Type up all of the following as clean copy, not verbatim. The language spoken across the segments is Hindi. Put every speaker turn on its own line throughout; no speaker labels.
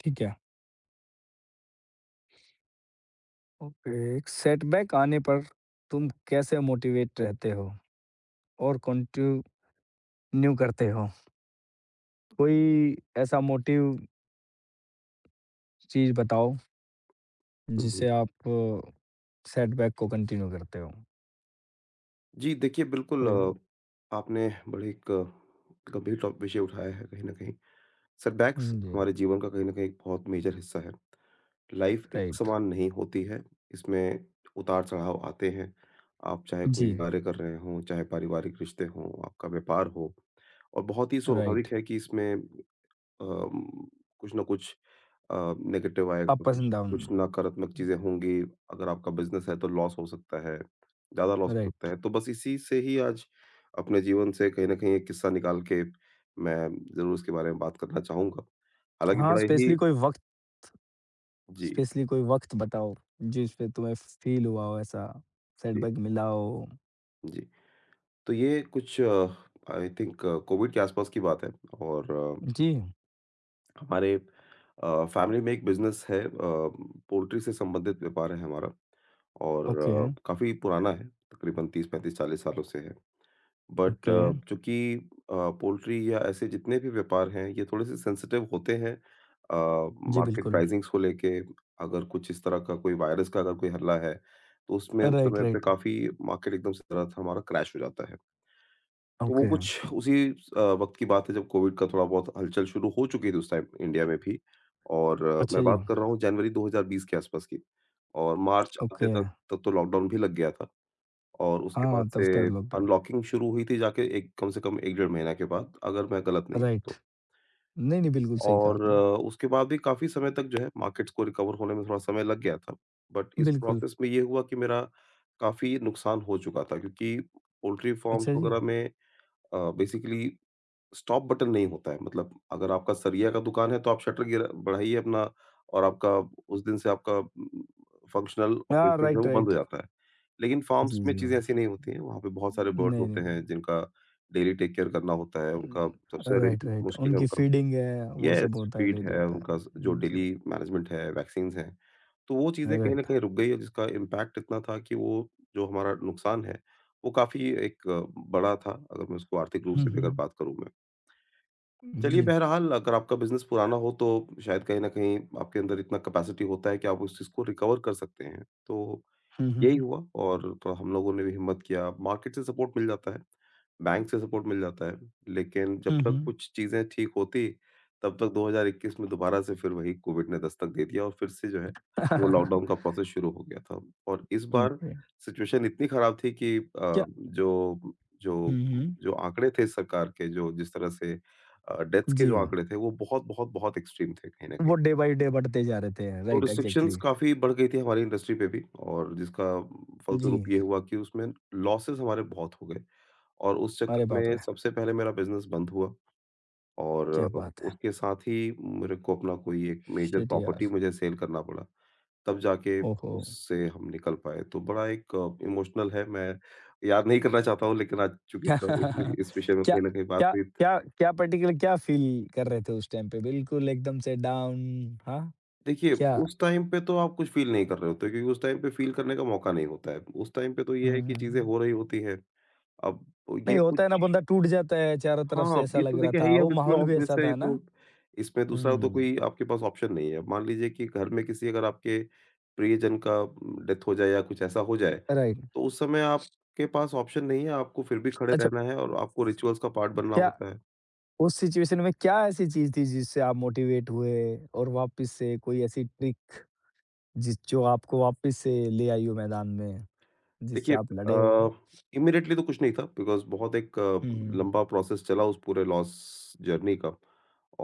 ठीक है। ओके, एक सेटबैक आने पर तुम कैसे मोटिवेट रहते हो और कंटिन्यू करते हो? कोई ऐसा मोटिव चीज़ बताओ
हुँ।
जिससे आप सेटबैक को कंटिन्यू करते हो?
जी, देखिए बिल्कुल
कोई हो?
आपने बड़े एक गंभीर टॉप विषय उठाया है कहीं न कहीं। सेटबैक्स
हुँ, जी,
हमारे जीवन का कहीं न कहीं एक बहुत मेजर हिस्सा है। लाइफ़ एक
राइट।
समान नहीं होती है, इसमें उतार-चढ़ाव आते हैं। आप चाहे कोई
जी,
कार्य कर रहे हों, चाहे पारिवारिक रिश्ते हों, आपका व्यापार हो, और बहुत ही
राइट।
स्वाभाविक है कि इसमें अम, कुछ ना कुछ नेगेटिव आएगा,
अप्स
कुछ
एंड डाउन,
कुछ नकारात्मक चीज़ें होंगी। अगर आपका बिज़नेस है तो लॉस हो सकता है, ज़्यादा लॉस हो सकता
राइट।
है। तो बस इसी से ही आज अपने जीवन से कहीं न कहीं एक किस्सा निकाल के मैं ज़रूर उसके बारे में बात करना चाहूँगा। हालाँकि
हाँ,
बड़ा ही। जी,
स्पेशली कोई वक़्त बताओ जिस पे तुम्हें फ़ील हुआ हो ऐसा
जी,
सेटबैक मिला हो?
जी। तो ये कुछ, आई थिंक, कोविड के आसपास की बात है। और
जी,
हमारे फैमिली में एक बिज़नेस है, पोल्ट्री से संबंधित व्यापार है हमारा, और
ओके,
काफ़ी पुराना है, तकरीबन 30-35-40 सालों से है। But
okay.
चूँकि अ, पोल्ट्री या ऐसे जितने भी व्यापार हैं, ये थोड़े से सेंसिटिव होते हैं, अ,
जी,
मार्केट
बिल्कुल।
प्राइज़िंग्स को लेके। अगर कुछ इस तरह का कोई वायरस का अगर कोई हल्ला है, तो उसमें उस
राइट,
समय पे
राइट।
काफ़ी मार्केट एकदम से तरह हमारा क्रैश हो जाता है। तो वो
ओके,
कुछ उसी वक़्त की बात है, जब कोविड का थोड़ा बहुत हलचल शुरू हो चुकी थी उस टाइम इंडिया में भी। और मैं
अच्छा जी,
बात कर रहा हूँ जनवरी 2020 के आस-पास की, और मार्च आते
ओके,
तक तब तो लॉकडाउन भी लग गया था। और उसके
हाँ,
बाद से
दफ्तर लॉकडाउन,
अनलॉकिंग शुरू हुई थी, जाके एक कम से कम 1 डेढ़ महीना के बाद, अगर मैं गलत नहीं हूँ
राइट।
तो।
नहीं, नहीं, बिल्कुल सही कहा
और
आपने,
उसके बाद भी काफ़ी समय तक जो है, मार्केट्स को रिकवर होने में थोड़ा समय लग गया था। बट इस
बिल्कुल,
प्रोसेस में ये हुआ कि मेरा काफ़ी नुकसान हो चुका था, क्योंकि पोल्ट्री फ़ार्म्स
अच्छा जी,
वग़ैरह में बेसिकली स्टॉप बटन नहीं होता है। मतलब, अगर आपका सरिया का दुकान है, तो आप शटर गिरा बढ़ाइए अपना, और आपका उस दिन से आपका फंक्शनल
हाँ,
ऑपरेशनल जो है,
राइट,
वो बंद हो
राइट,
जाता है। लेकिन फार्म्स
जी,
में
जी।
चीज़ें ऐसी नहीं होती हैं, वहाँ पे बहुत सारे
नहीं,
बर्ड्स होते
नहीं,
हैं जिनका डेली टेक केयर करना होता है,
उम,
उनका सबसे बड़ी
राइट, राइट,
मुश्किल है
उनकी
उनका।
फीडिंग है, वो सब
यस,
होता है,
फीड
डेली
है
होता है,
उनका, जो
जी,
डेली मैनेजमेंट है, वैक्सीन्स हैं। तो वो चीज़ें कहीं न
राइट,
कहीं रुक गई है, जिसका इम्पैक्ट इतना था कि वो जो हमारा नुकसान है, वो काफ़ी एक बड़ा था, अगर मैं उसको आर्थिक रूप
हुँ,
से भी अगर
हुँ,
बात करूँ मैं। चलिए,
जी,
बहरहाल अगर आपका बिज़नेस पुराना हो, तो शायद कहीं न कहीं आपके अंदर इतना कैपेसिटी होता है कि आप उस चीज़ को रिकवर कर सकते हैं। तो
हुँ,
यही
हुँ,
हुआ, और थोड़ा हम लोगों ने भी हिम्मत किया। मार्केट से सपोर्ट मिल जाता है, बैंक से सपोर्ट मिल जाता है, लेकिन जब
हुँ,
तक
हुँ।
कुछ चीज़ें ठीक होती, तब तक 2021 में दोबारा से फिर वही कोविड ने दस्तक दे दिया, और फिर से जो है, वो लॉकडाउन का प्रोसेस शुरू हो गया था। और इस बार
ओके,
सिचुएशन इतनी खराब थी कि
क्या
जो जो
हुँ, हुँ,
जो आंकड़े थे सरकार के, जो जिस तरह से डेथ्स के
जी,
जो आंकड़े थे, वो बहुत, बहुत, बहुत एक्सट्रीम थे कहीं न कहीं।
वो डे बाय डे बढ़ते जा रहे थे,
तो
राइट,
रिस्ट्रिक्शंस
एग्ज़ैक्टली,
काफ़ी बढ़ गई थी हमारी इंडस्ट्री पे भी, और जिसका
जी,
फलस्वरूप ये हुआ कि उसमें लॉसेस हमारे बहुत हो गए, और उस चक्कर
अरे बाप
में
रे!
सबसे पहले मेरा बिज़नेस बंद हुआ, और
क्या बात है,
उसके साथ ही मेरे को अपना कोई एक मेजर
शिट यार,
प्रॉपर्टी मुझे सेल करना पड़ा। तब जाके
ओहो!
उससे हम निकल पाए। तो बड़ा एक इमोशनल है, मैं याद नहीं करना चाहता हूँ, लेकिन आज चूँकि
क्या
इस विषय में
क्या
कहीं न कहीं बात
क्या
हुई।
क्या क्या पार्टिकुलर क्या फ़ील कर रहे थे उस टाइम पे? बिल्कुल एकदम से डाउन हाँ,
देखिए,
क्या?
उस टाइम पे तो आप कुछ फ़ील नहीं कर रहे होते, क्योंकि उस टाइम पे फ़ील करने का मौका नहीं होता है। उस टाइम पे तो ये है कि चीज़ें
हुँ।
हो रही होती हैं। अब
नहीं
ये
होता
कुछ।
है ना बंदा टूट जाता है, चारों तरफ से
हाँ,
ऐसा
ये तो
लग रहा
देखिए है
था,
ही,
वो
अब इसमें
माहौल भी
ऑब्वियस
ऐसा
है ये
था ना?
तो, इसमें दूसरा तो कोई
हुँ,
आपके पास ऑप्शन नहीं है। अब मान लीजिए कि घर में किसी, अगर आपके प्रियजन का डेथ हो जाए या कुछ ऐसा हो जाए,
राइट।
तो उस समय आपके पास ऑप्शन नहीं है, आपको फिर भी खड़े
अच्छा,
रहना है, और आपको रिचुअल्स का पार्ट बनना
क्या
होता है।
उस सिचुएशन में क्या ऐसी चीज़ थी जिससे आप मोटिवेट हुए और वापस से कोई ऐसी ट्रिक जिस जो आपको वापस से ले आई हो मैदान में, जिससे
देखिए,
आप लड़े हो?
इमीडिएटली तो कुछ नहीं था, बिकॉज़ बहुत एक
हुँ, हुँ,
लंबा प्रोसेस चला उस पूरे लॉस जर्नी का।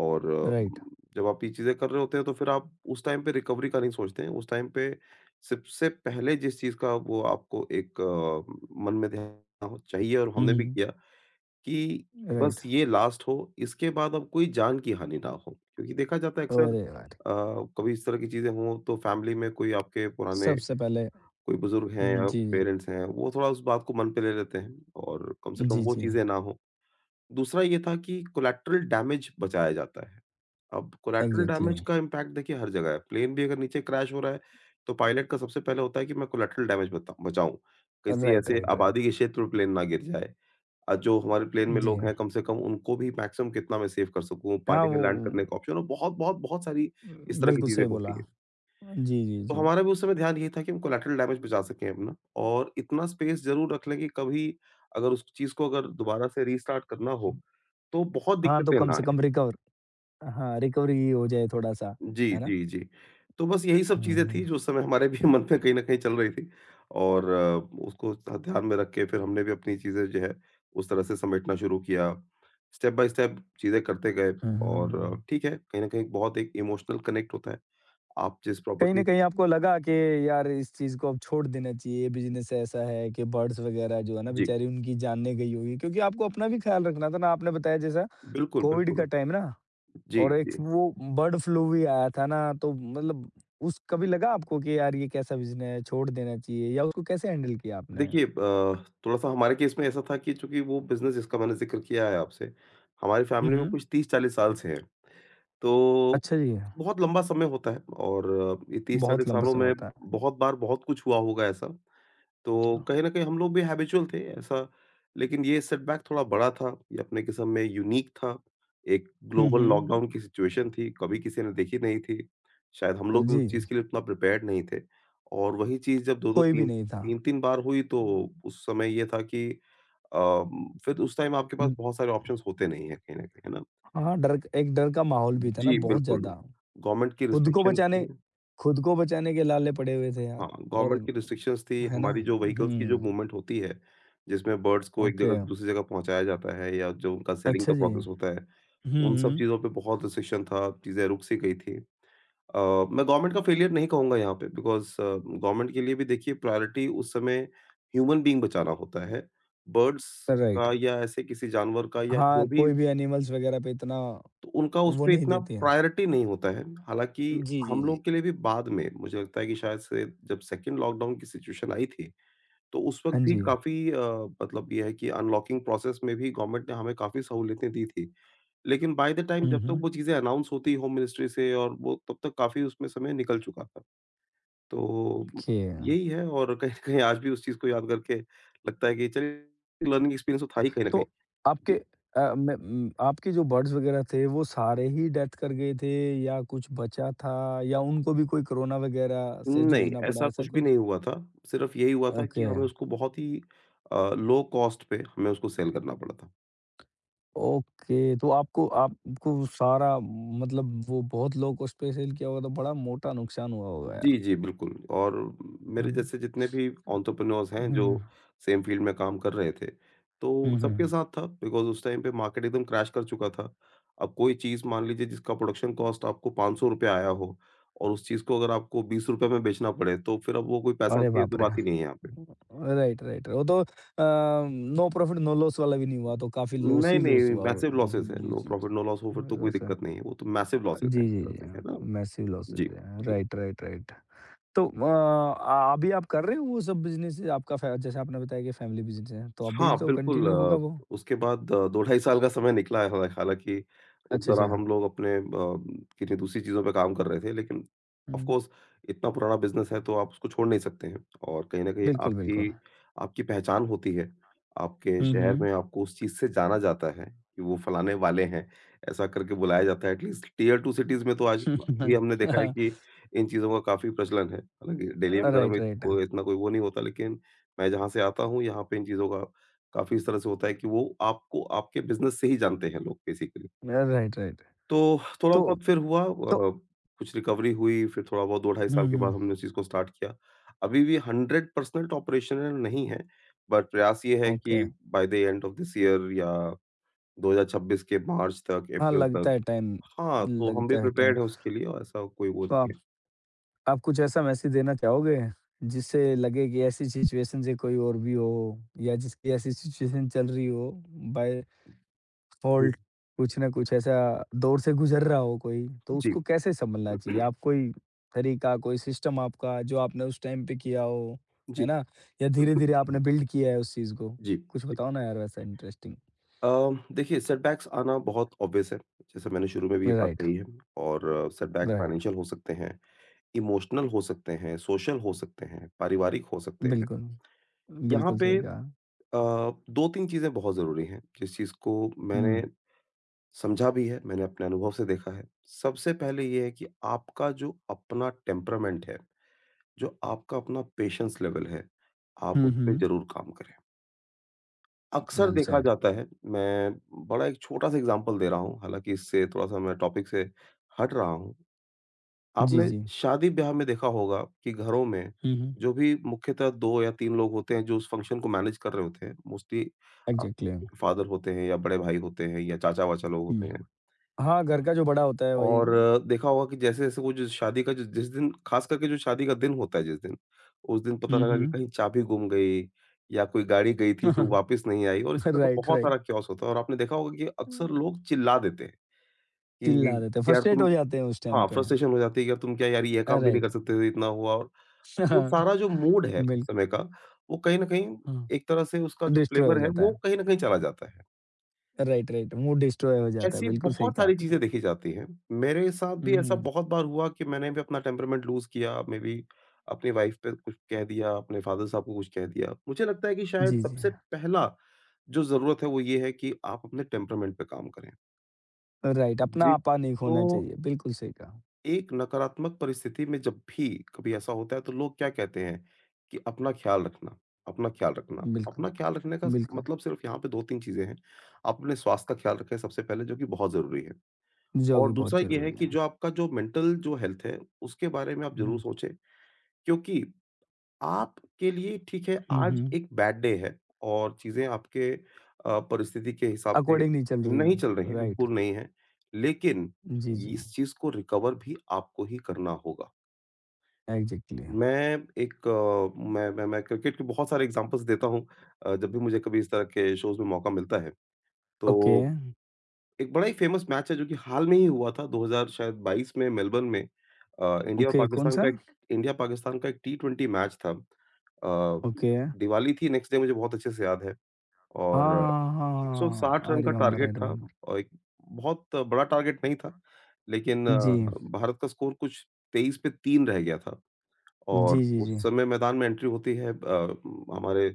और
राइट।
जब आप ये चीज़ें कर रहे होते हैं, तो फिर आप उस टाइम पे रिकवरी का नहीं सोचते हैं। उस टाइम पे सबसे पहले जिस चीज़ का वो आपको एक मन में ध्यान हो चाहिए, और
हुँ,
हमने भी
हुँ,
किया कि
राइट।
बस ये लास्ट हो, इसके बाद अब कोई जान की हानि ना हो। क्योंकि देखा जाता है अक्सर
अरे वाह!
अ, कभी इस तरह की चीज़ें हों तो फैमिली में कोई आपके पुराने
सबसे पहले
कोई बुजुर्ग हैं
हुँ,
या
जी, जी।
पेरेंट्स हैं, वो थोड़ा उस बात को मन पे ले लेते हैं, और कम से कम
जी,
वो
जी।
चीज़ें ना हो। दूसरा ये था कि कोलैटरल डैमेज बचाया जाता है। अब कोलैटरल
एग्ज़ैक्टली।
डैमेज का इम्पैक्ट देखिए हर जगह है। प्लेन भी अगर नीचे क्रैश हो रहा है, तो पायलट का सबसे पहले होता है कि मैं कोलैटरल डैमेज बता बचाऊँ, किसी
राइट,
ऐसे
राइट, राइट।
आबादी के क्षेत्र में प्लेन ना गिर जाए। जो हमारे प्लेन में
जी।
लोग हैं, कम से कम उनको भी मैक्सिमम कितना मैं सेव कर सकूँ,
हाँ,
पानी में
वो
लैंड करने का ऑप्शन, और बहुत-बहुत बहुत बहुत सारी इस तरह की
बिल्कुल
चीज़ें
सही बोला।
होती हैं।
जी, जी,
तो
जी।
हमारा भी उस समय ध्यान यही था कि हम कोलैटरल डैमेज बचा सकें अपना, और इतना स्पेस ज़रूर रख लें कि कभी अगर उस चीज़ को अगर दोबारा से रीस्टार्ट करना हो, तो बहुत
हाँ, तो
दिक्कतें
कम
ना
से
आएँ।
कम रिकवर हाँ, रिकवरी हो जाए थोड़ा-सा,
जी,
है ना?
जी, जी। तो बस यही सब
हुँ,
चीज़ें थी
हुँ।
जो उस समय हमारे भी मन में कहीं न कहीं चल रही थी। और उसको ध ध्यान में रख के फिर हमने भी अपनी चीज़ें जो है, उस तरह से समेटना शुरू किया। स्टेप बाय स्टेप चीज़ें करते गए, और
हुँ।
ठीक है, कहीं न कहीं बहुत एक इमोशनल कनेक्ट होता है। आप जिस
कहीं
प्रॉपर्टी।
न कहीं आपको लगा कि यार इस चीज़ को अब छोड़ देना चाहिए, बिज़नेस ऐसा है कि बर्ड्स वग़ैरह जो है ना
जी,
बेचारी उनकी जानें गई होगी क्योंकि आपको अपना भी ख़्याल रखना था ना, आपने बताया जैसा
बिल्कुल,
कोविड का
बिल्कुल।
टाइम ना
जी,
और एक
जी।
वो बर्ड फ्लू भी आया था ना, तो मतलब उस कभी लगा आपको कि यार ये कैसा विज़न है, छोड़ देना चाहिए या उसको कैसे हैंडल किया आपने?
देखिए, थोड़ा-सा हमारे केस में ऐसा था कि चूँकि वो बिज़नेस जिसका मैंने ज़िक्र किया है आपसे, हमारी
हुँ,
फैमिली में
हुँ।
कुछ 30-40 साल से है। तो
अच्छा जी,
बहुत लंबा समय होता है, और ये
बहुत
30-40
लंबा
सालों
समय
में
होता है।
बहुत बार बहुत कुछ हुआ होगा ऐसा। तो
अच्छा।
कहीं न कहीं हम लोग भी हैबिचुअल थे ऐसा। लेकिन ये सेटबैक थोड़ा बड़ा था, ये अपने किस्म में यूनिक था। एक ग्लोबल
हुँ,
लॉकडाउन की सिचुएशन थी, कभी किसी ने देखी नहीं थी। शायद हम
हुँ।
लोग भी उस
जी,
चीज़ के लिए उतना प्रिपेयर्ड नहीं थे, और वही चीज़ जब 2-2
कोई भी
3
नहीं था।
3-3 बार हुई, तो उस समय ये था कि अ, फिर उस टाइम आपके पास
हुँ,
बहुत सारे ऑप्शंस होते नहीं हैं कहीं न कहीं, है ना?
हाँ, डर एक डर का माहौल भी था ना
जी,
बहुत
बिल्कुल।
ज़्यादा।
गवर्नमेंट की
खुद को
रिस्ट्रिक्शंस
बचाने
थी।
खुद को बचाने के लाले पड़े हुए थे यार
हाँ,
और
गवर्नमेंट की रिस्ट्रिक्शंस थी,
है ना?
हमारी जो व्हीकल्स की जो
हुँ।
मूवमेंट होती है, जिसमें बर्ड्स को एक
ओके,
जगह से दूसरी जगह पहुँचाया जाता है, या जो उनका सेलिंग
अच्छा
का
जी।
प्रोसेस होता है,
हुँ,
उन सब
हुँ।
चीज़ों पे बहुत रिस्ट्रिक्शन था, चीज़ें रुक सी गई थी। अ, मैं गवर्नमेंट का फेलियर नहीं कहूँगा यहाँ पे, बिकॉज़ गवर्नमेंट के लिए भी देखिए, प्रायोरिटी उस समय ह्यूमन बीइंग बचाना होता है। बर्ड्स
राइट,
का या ऐसे किसी जानवर का या जो
हाँ,
भी,
कोई भी एनिमल्स वगैरह पे इतना
तो उनका उस
वो
पे
नहीं
इतना
देती हैं।
प्रायोरिटी नहीं होता है। हालाँकि
जी, जी,
हम
जी।
लोग के लिए भी बाद में मुझे लगता है कि शायद से जब सेकंड लॉकडाउन की सिचुएशन आई थी, तो उस वक़्त
हाँ
भी
जी।
काफ़ी मतलब ये है कि अनलॉकिंग प्रोसेस में भी गवर्नमेंट ने हमें काफ़ी सहूलियतें दी थी। लेकिन बाय द टाइम
हुँ,
जब तक
हुँ।
वो चीज़ें अनाउंस होती होम मिनिस्ट्री से और वो, तब तक काफ़ी उसमें समय निकल चुका था। तो
ओके।
यही है, और कहीं न कहीं आज भी उस चीज़ को याद करके लगता है कि चलिए, लर्निंग एक्सपीरियंस तो था ही कहीं न कहीं।
तो
जी।
आपके अ, मैं उम, आपके जो बर्ड्स वगैरह थे वो सारे ही डेथ कर गए थे या कुछ बचा था या उनको भी कोई कोरोना वगैरह से
नहीं,
जूझना पड़ा
ऐसा
ऐसा
कुछ भी
कुछ?
नहीं हुआ था। सिर्फ़ यही हुआ था कि
ओके,
हमें उसको बहुत ही लो कॉस्ट पे हमें उसको सेल करना पड़ा था।
ओके। तो आपको आपको सारा मतलब वो बहुत लो कॉस्ट पे सेल किया होगा तो बड़ा मोटा नुकसान हुआ होगा
जी,
यार,
जी, बिल्कुल, और
है
मेरे
ना?
जैसे जितने भी एंटरप्रेन्योर्स
हुँ,
हैं जो
हुँ,
सेम फील्ड में काम कर रहे थे, तो
हुँ,
सबके
हुँ।
साथ था, बिकॉज़ उस टाइम पे मार्केट एकदम क्रैश कर चुका था। अब कोई चीज़ मान लीजिए जिसका प्रोडक्शन कॉस्ट आपको ₹500 आया हो, और उस चीज़ को अगर आपको ₹20 में बेचना पड़े, तो फिर अब वो कोई पैसा
अरे
की तो
बाप रे!
बात ही नहीं है यहाँ पे।
Right, right. वो तो नो प्रॉफिट नो लॉस वाला भी नहीं हुआ, तो काफ़ी लॉस
नहीं,
ही लॉस
नहीं,
हुआ वो।
मैसिव लॉसेस हैं,
उहुँ, जी,
नो
जी,
प्रॉफिट नो लॉस हो फिर
जी।
तो कोई
लॉस है।
दिक्कत नहीं है, वो तो मैसिव लॉसेस हैं
जी,
एक
जी,
तरह
जी।
से, है ना?
मैसिव लॉसेस
जी,
हैं।
जी।
Right, right, right. तो अभी आप कर रहे हो वो सब बिज़नेस आपका फै जैसे आपने बताया कि फैमिली बिज़नेस है, तो अभी भी
हाँ,
तो
बिल्कुल
कंटिन्यू होगा वो?
उसके बाद 2 ढाई साल का समय निकला है हालाँकि उस
अच्छा,
दौरान
अच्छा।
हम लोग अपने किन्हीं दूसरी चीज़ों पे काम कर रहे थे, लेकिन ऑफ़
हुँ।
कोर्स इतना पुराना बिज़नेस है तो आप उसको छोड़ नहीं सकते हैं। और कहीं न कहीं
बिल्कुल, बिल्कुल।
आपकी आपकी पहचान होती है। आपके
हुँ,
शहर
हुँ।
में आपको उस चीज़ से जाना जाता है कि वो फलाने वाले हैं, ऐसा करके बुलाया जाता है। एटलीस्ट टियर 2 सिटीज़ में तो आज भी हमने देखा है कि इन चीज़ों का काफ़ी प्रचलन है। हालाँकि दिल्ली वगैरह
राइट,
में
राइट।
को इतना कोई वो नहीं होता, लेकिन मैं जहाँ से आता हूँ यहाँ पे इन चीज़ों का काफ़ी इस तरह से होता है कि वो आपको आपके बिज़नेस से ही जानते हैं लोग बेसिकली।
Right, right.
तो थोड़ा
तो
बहुत फिर हुआ
तो
कुछ रिकवरी हुई, फिर थोड़ा बहुत 2 ढाई साल
हुँ,
के बाद
हुँ।
हमने उस चीज़ को स्टार्ट किया। अभी भी 100% ऑपरेशनल नहीं है, बट प्रयास ये है
ओके।
कि by the end of this year या 2026 के मार्च तक,
हाँ,
अप्रैल तक।
लगता है टाइम
हाँ, तो हम भी
लगता है टाइम।
प्रिपेयर्ड हैं उसके लिए और ऐसा कोई वो
तो
नहीं है।
आप कुछ ऐसा मैसेज देना चाहोगे, जिससे लगे कि ऐसी सिचुएशन से कोई और भी हो या जिसकी ऐसी सिचुएशन चल रही हो बाय
हुँ,
फ़ॉल्ट कुछ ना कुछ ऐसा दौर से गुज़र रहा हो कोई, तो
जी।
उसको कैसे सँभलना चाहिए? आप कोई तरीका, कोई सिस्टम आपका जो आपने उस टाइम पे किया हो,
जी।
है ना? या धीरे-धीरे आपने बिल्ड किया है उस चीज़ को?
जी,
कुछ
जी।
बताओ ना यार वैसा इंटरेस्टिंग।
देखिए, सेटबैक्स आना बहुत ऑब्वियस है। जैसे मैंने शुरू में भी ये बात
राइट,
कही है, और सेटबैक
राइट।
फाइनेंशियल हो सकते हैं, इमोशनल हो सकते हैं, सोशल हो सकते हैं, पारिवारिक हो सकते हैं।
बिल्कुल।
यहाँ
बिल्कुल
पे
सही
अ,
कहा।
2-3 चीज़ें बहुत ज़रूरी हैं, जिस चीज़ को मैंने
हुँ।
समझा भी है, मैंने अपने अनुभव से देखा है। सबसे पहले ये है कि आपका जो अपना टेम्परामेंट है, जो आपका अपना पेशेंस लेवल है, आप
हुँ,
उस पे
हुँ।
ज़रूर काम करें। अक्सर
वेल
देखा
सेड।
जाता है, मैं बड़ा एक छोटा-सा एग्ज़ाम्पल दे रहा हूँ, हालाँकि इससे थोड़ा-सा मैं टॉपिक से हट रहा हूँ।
जी,
आपने
जी।
शादी-ब्याह में देखा होगा कि घरों में
हुँ, हुँ।
जो भी मुख्यतः 2 या 3 लोग होते हैं जो उस फंक्शन को मैनेज कर रहे होते हैं, मोस्टली अ,
एग्ज़ैक्टली।
फादर होते हैं या बड़े भाई होते हैं या चाचा-वाचा लोग होते
हुँ।
हैं।
हाँ, घर का जो बड़ा होता है वही।
और देखा होगा कि जैसे-जैसे वो जो शादी का जो जिस दिन खास करके जो शादी का दिन होता है जिस दिन, उस दिन पता
हुँ,
लगा कि
हुँ।
कहीं चाबी गुम गई या कोई गाड़ी गई थी तो वापस नहीं आई, और इस तरह का
राइट,
बहुत
राइट।
सारा चॉस होता है। और आपने देखा होगा कि अक्सर लोग चिल्ला देते हैं
चिल्ला
कि
देते हैं,
यार
फ्रस्ट्रेट
तुम।
हो जाते हैं उस टाइम
हाँ,
पे।
फ्रस्ट्रेशन हो जाती है कि यार तुम क्या यार, ये काम भी नहीं
राइट।
कर सकते थे, इतना हुआ। और वो
हाँ।
सारा जो मूड है
बिल
उस समय का, वो कहीं न कहीं
हाँ।
एक तरह से उसका जो
डिस्ट्रॉय
फ्लेवर
हो
है
जाता
वो
है।
कहीं न कहीं चला जाता है।
Right, right. मूड डिस्ट्रॉय हो जाता है,
ऐसी
बिल्कुल सही
बहुत
कहा
सारी
आपने।
चीज़ें देखी जाती हैं। मेरे साथ भी
हुँ,
ऐसा
हुँ।
बहुत बार हुआ कि मैंने भी अपना टेम्परामेंट लूज़ किया, मेबी अपनी वाइफ़ पे कुछ कह दिया, अपने फ़ादर साहब को कुछ कह दिया। मुझे लगता है कि शायद
जी, जी।
सबसे पहला जो ज़रूरत है वो ये है कि आप अपने टेम्परामेंट पे काम करें।
राइट, अपना आपा नहीं
जिसको
खोना चाहिए, बिल्कुल सही कहा।
एक नकारात्मक परिस्थिति में जब भी कभी ऐसा होता है तो लोग क्या कहते हैं कि अपना ख़्याल रखना, अपना ख़्याल रखना।
बिल्कुल,
अपना ख़्याल रखने का
बिल्कुल।
मतलब सिर्फ़ यहाँ पे 2-3 चीज़ें हैं। आप अपने स्वास्थ्य का ख़्याल रखें सबसे पहले, जो कि बहुत ज़रूरी है।
जो कि
और
बहुत
दूसरा ये है
ज़रूरी
कि
है।
जो आपका जो मेंटल जो हेल्थ है, उसके बारे में आप ज़रूर
हुँ,
सोचें, क्योंकि आपके लिए ठीक है,
हुँ,
आज
हुँ।
एक बैड डे है और चीज़ें आपके परिस्थिति के हिसाब से
अकॉर्डिंग नहीं चल रही
नहीं
हूँ।
चल रही हैं,
राइट।
अनुकूल नहीं है। लेकिन
जी, जी।
इस चीज़ को रिकवर भी आपको ही करना होगा।
एग्ज़ैक्टली।
मैं एक मैं क्रिकेट के बहुत सारे एग्ज़ाम्पल्स देता हूँ जब भी मुझे कभी इस तरह के शोज़ में मौका मिलता है,
ओके,
तो एक बड़ा ही फ़ेमस मैच है जो कि हाल में ही हुआ था 2000 शायद 22 में मेलबर्न में। इंडिया और
ओके,
पाकिस्तान
कौन-सा?
का एक, इंडिया पाकिस्तान का एक टी ट्वेंटी मैच था।
ओके, हाँ,
दिवाली थी नेक्स्ट डे, मुझे बहुत अच्छे से याद है। और
हाँ, हाँ,
160
आई
रन का
रिमेंबर, आई
टारगेट था,
रिमेंबर।
और एक बहुत बड़ा टारगेट नहीं था, लेकिन
जी,
भारत का स्कोर कुछ 23 पे 3 रह गया था, और
जी, जी,
उस
जी,
समय मैदान में एंट्री होती है हमारे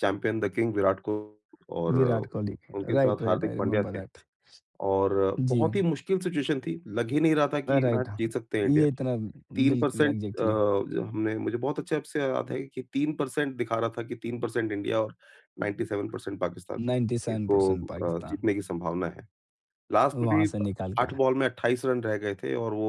champion the king Virat Kohli, और
विराट कोहली,
उनके
राइट,
साथ
right,
Hardik
I
Pandya
remember
थे।
दैट।
और
जी,
बहुत ही मुश्किल सिचुएशन थी, लग ही नहीं रहा था कि ये मैच
राइट,
जीत सकते हैं इंडिया।
ये इतना बिल्कुल
3%। अ,
एग्ज़ैक्टली
जो हमने, मुझे बहुत अच्छे से याद है कि 3% दिखा रहा था कि 3% इंडिया और 97% पाकिस्तान, इसको
97% पाकिस्तान,
जीतने की संभावना है। लास्ट में
वहाँ
भी
से निकाल के
8
लाए।
बॉल में 28 रन रह गए थे। और वो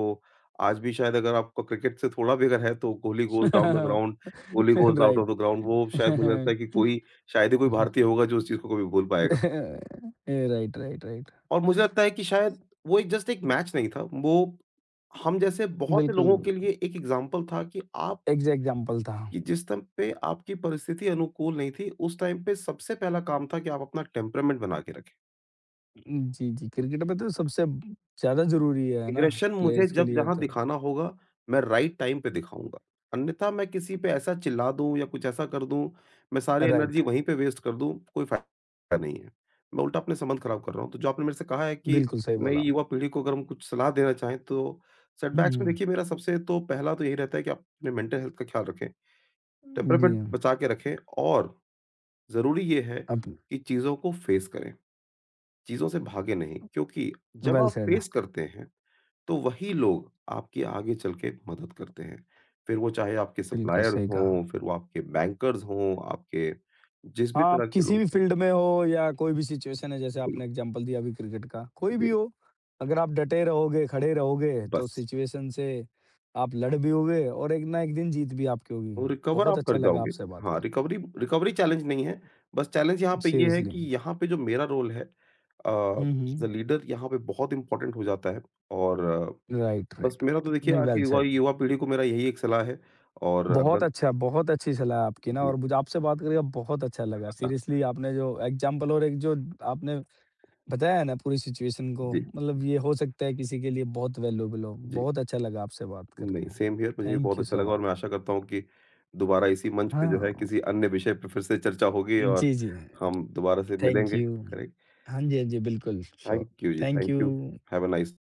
आज भी शायद, अगर आपको क्रिकेट से थोड़ा भी अगर है तो, Kohli goes down the ground, Kohli goes out
right.
Off the ground, वो शायद मुझे लगता है कि कोई, शायद ही कोई भारतीय होगा जो उस चीज़ को कभी भूल पाएगा।
राइट, राइट, राइट,
और मुझे लगता है कि शायद वो एक जस्ट एक मैच नहीं था, वो हम जैसे बहुत से
बिल्कुल,
लोगों के लिए एक एग्ज़ाम्पल था कि आप,
एग्ज़ैक्ट एग्ज़ाम्पल था।
कि जिस टाइम पे आपकी परिस्थिति अनुकूल नहीं थी, उस टाइम पे सबसे पहला काम था कि आप अपना टेम्परामेंट बना के रखें।
जी, जी, क्रिकेट में तो सबसे ज़्यादा ज़रूरी है ना?
एग्रेशन मुझे
प्लेयर्स के
जब
लिए
जहाँ
तो।
दिखाना होगा, मैं राइट टाइम पे दिखाऊँगा। अन्यथा मैं किसी पे ऐसा चिल्ला दूँ या कुछ ऐसा कर दूँ, मैं सारी
राइट,
एनर्जी वहीं पे वेस्ट कर दूँ, कोई फ़ायदा नहीं है। मैं उल्टा अपने संबंध खराब कर रहा हूँ। तो जो आपने मेरे से कहा है कि
बिल्कुल सही
नई
बोला आप।
युवा पीढ़ी को अगर हम कुछ सलाह देना चाहें तो,
हुँ,
सेटबैक्स में
हुँ।
देखिए, मेरा सबसे तो पहला तो यही रहता है कि आप अपने मेंटल हेल्थ का ख्याल रखें,
जी,
टेम्परामेंट बचा के रखें, और ज़रूरी ये है
अब
कि चीज़ों को फेस करें, चीज़ों से भागें नहीं। क्योंकि जब
वेल
आप
सेड,
फेस करते हैं तो वही लोग आपकी आगे चल के मदद करते हैं। फिर वो चाहे आपके
बिल्कुल
सप्लायर्स
सही कहा।
हों, फिर वो आपके बैंकर्स हों, आपके जिस
हाँ,
भी
आप
तरह के
किसी
लोग
भी
हैं।
फ़ील्ड में हो या कोई भी सिचुएशन है, जैसे
बिल्कुल,
आपने एग्ज़ाम्पल दिया अभी क्रिकेट का, कोई
जी,
भी हो, अगर आप डटे रहोगे, खड़े रहोगे, तो
बस।
सिचुएशन से आप लड़ भी लोगे और एक ना एक दिन जीत भी आपकी होगी।
तो रिकवर
बहुत
आप कर
अच्छा लगा
जाओगे।
आपसे बात
हाँ,
करके,
रिकवरी रिकवरी चैलेंज नहीं है। बस चैलेंज यहाँ पे ये है
सीरियसली।
कि यहाँ पे जो मेरा रोल है
हुँ,
एज़ अ
हुँ।
लीडर, यहाँ पे बहुत इम्पोर्टेंट हो जाता है। और
राइट,
बस
राइट,
मेरा
राइट।
तो, देखिए,
नहीं,
आज की
वेल
युवा
सेड।
युवा पीढ़ी को मेरा यही एक सलाह है और
बहुत
अगर,
अच्छा, बहुत अच्छी सलाह है आपकी ना
जी,
और मुझे आपसे बात करके बहुत अच्छा लगा। सीरियसली आपने जो एग्ज़ाम्पल और एक जो आपने बताया है ना पूरी सिचुएशन को,
जी,
मतलब ये हो सकता है किसी के लिए बहुत वैल्यूएबल हो।
जी।
बहुत अच्छा लगा आपसे बात करके।
नहीं, सेम हियर, मुझे भी
थैंक
बहुत
यू
अच्छा
सो
लगा, और
मच।
मैं आशा करता हूँ कि दोबारा इसी मंच पे जो
हाँ,
है किसी अन्य विषय पे फिर से चर्चा होगी और
जी, जी।
हम दोबारा से
थैंक
मिलेंगे,
यू।
करेक्ट?
हाँ जी, हाँ जी, बिल्कुल, श्योर।
थैंक यू जी,
thank you.
Thank you. Have a nice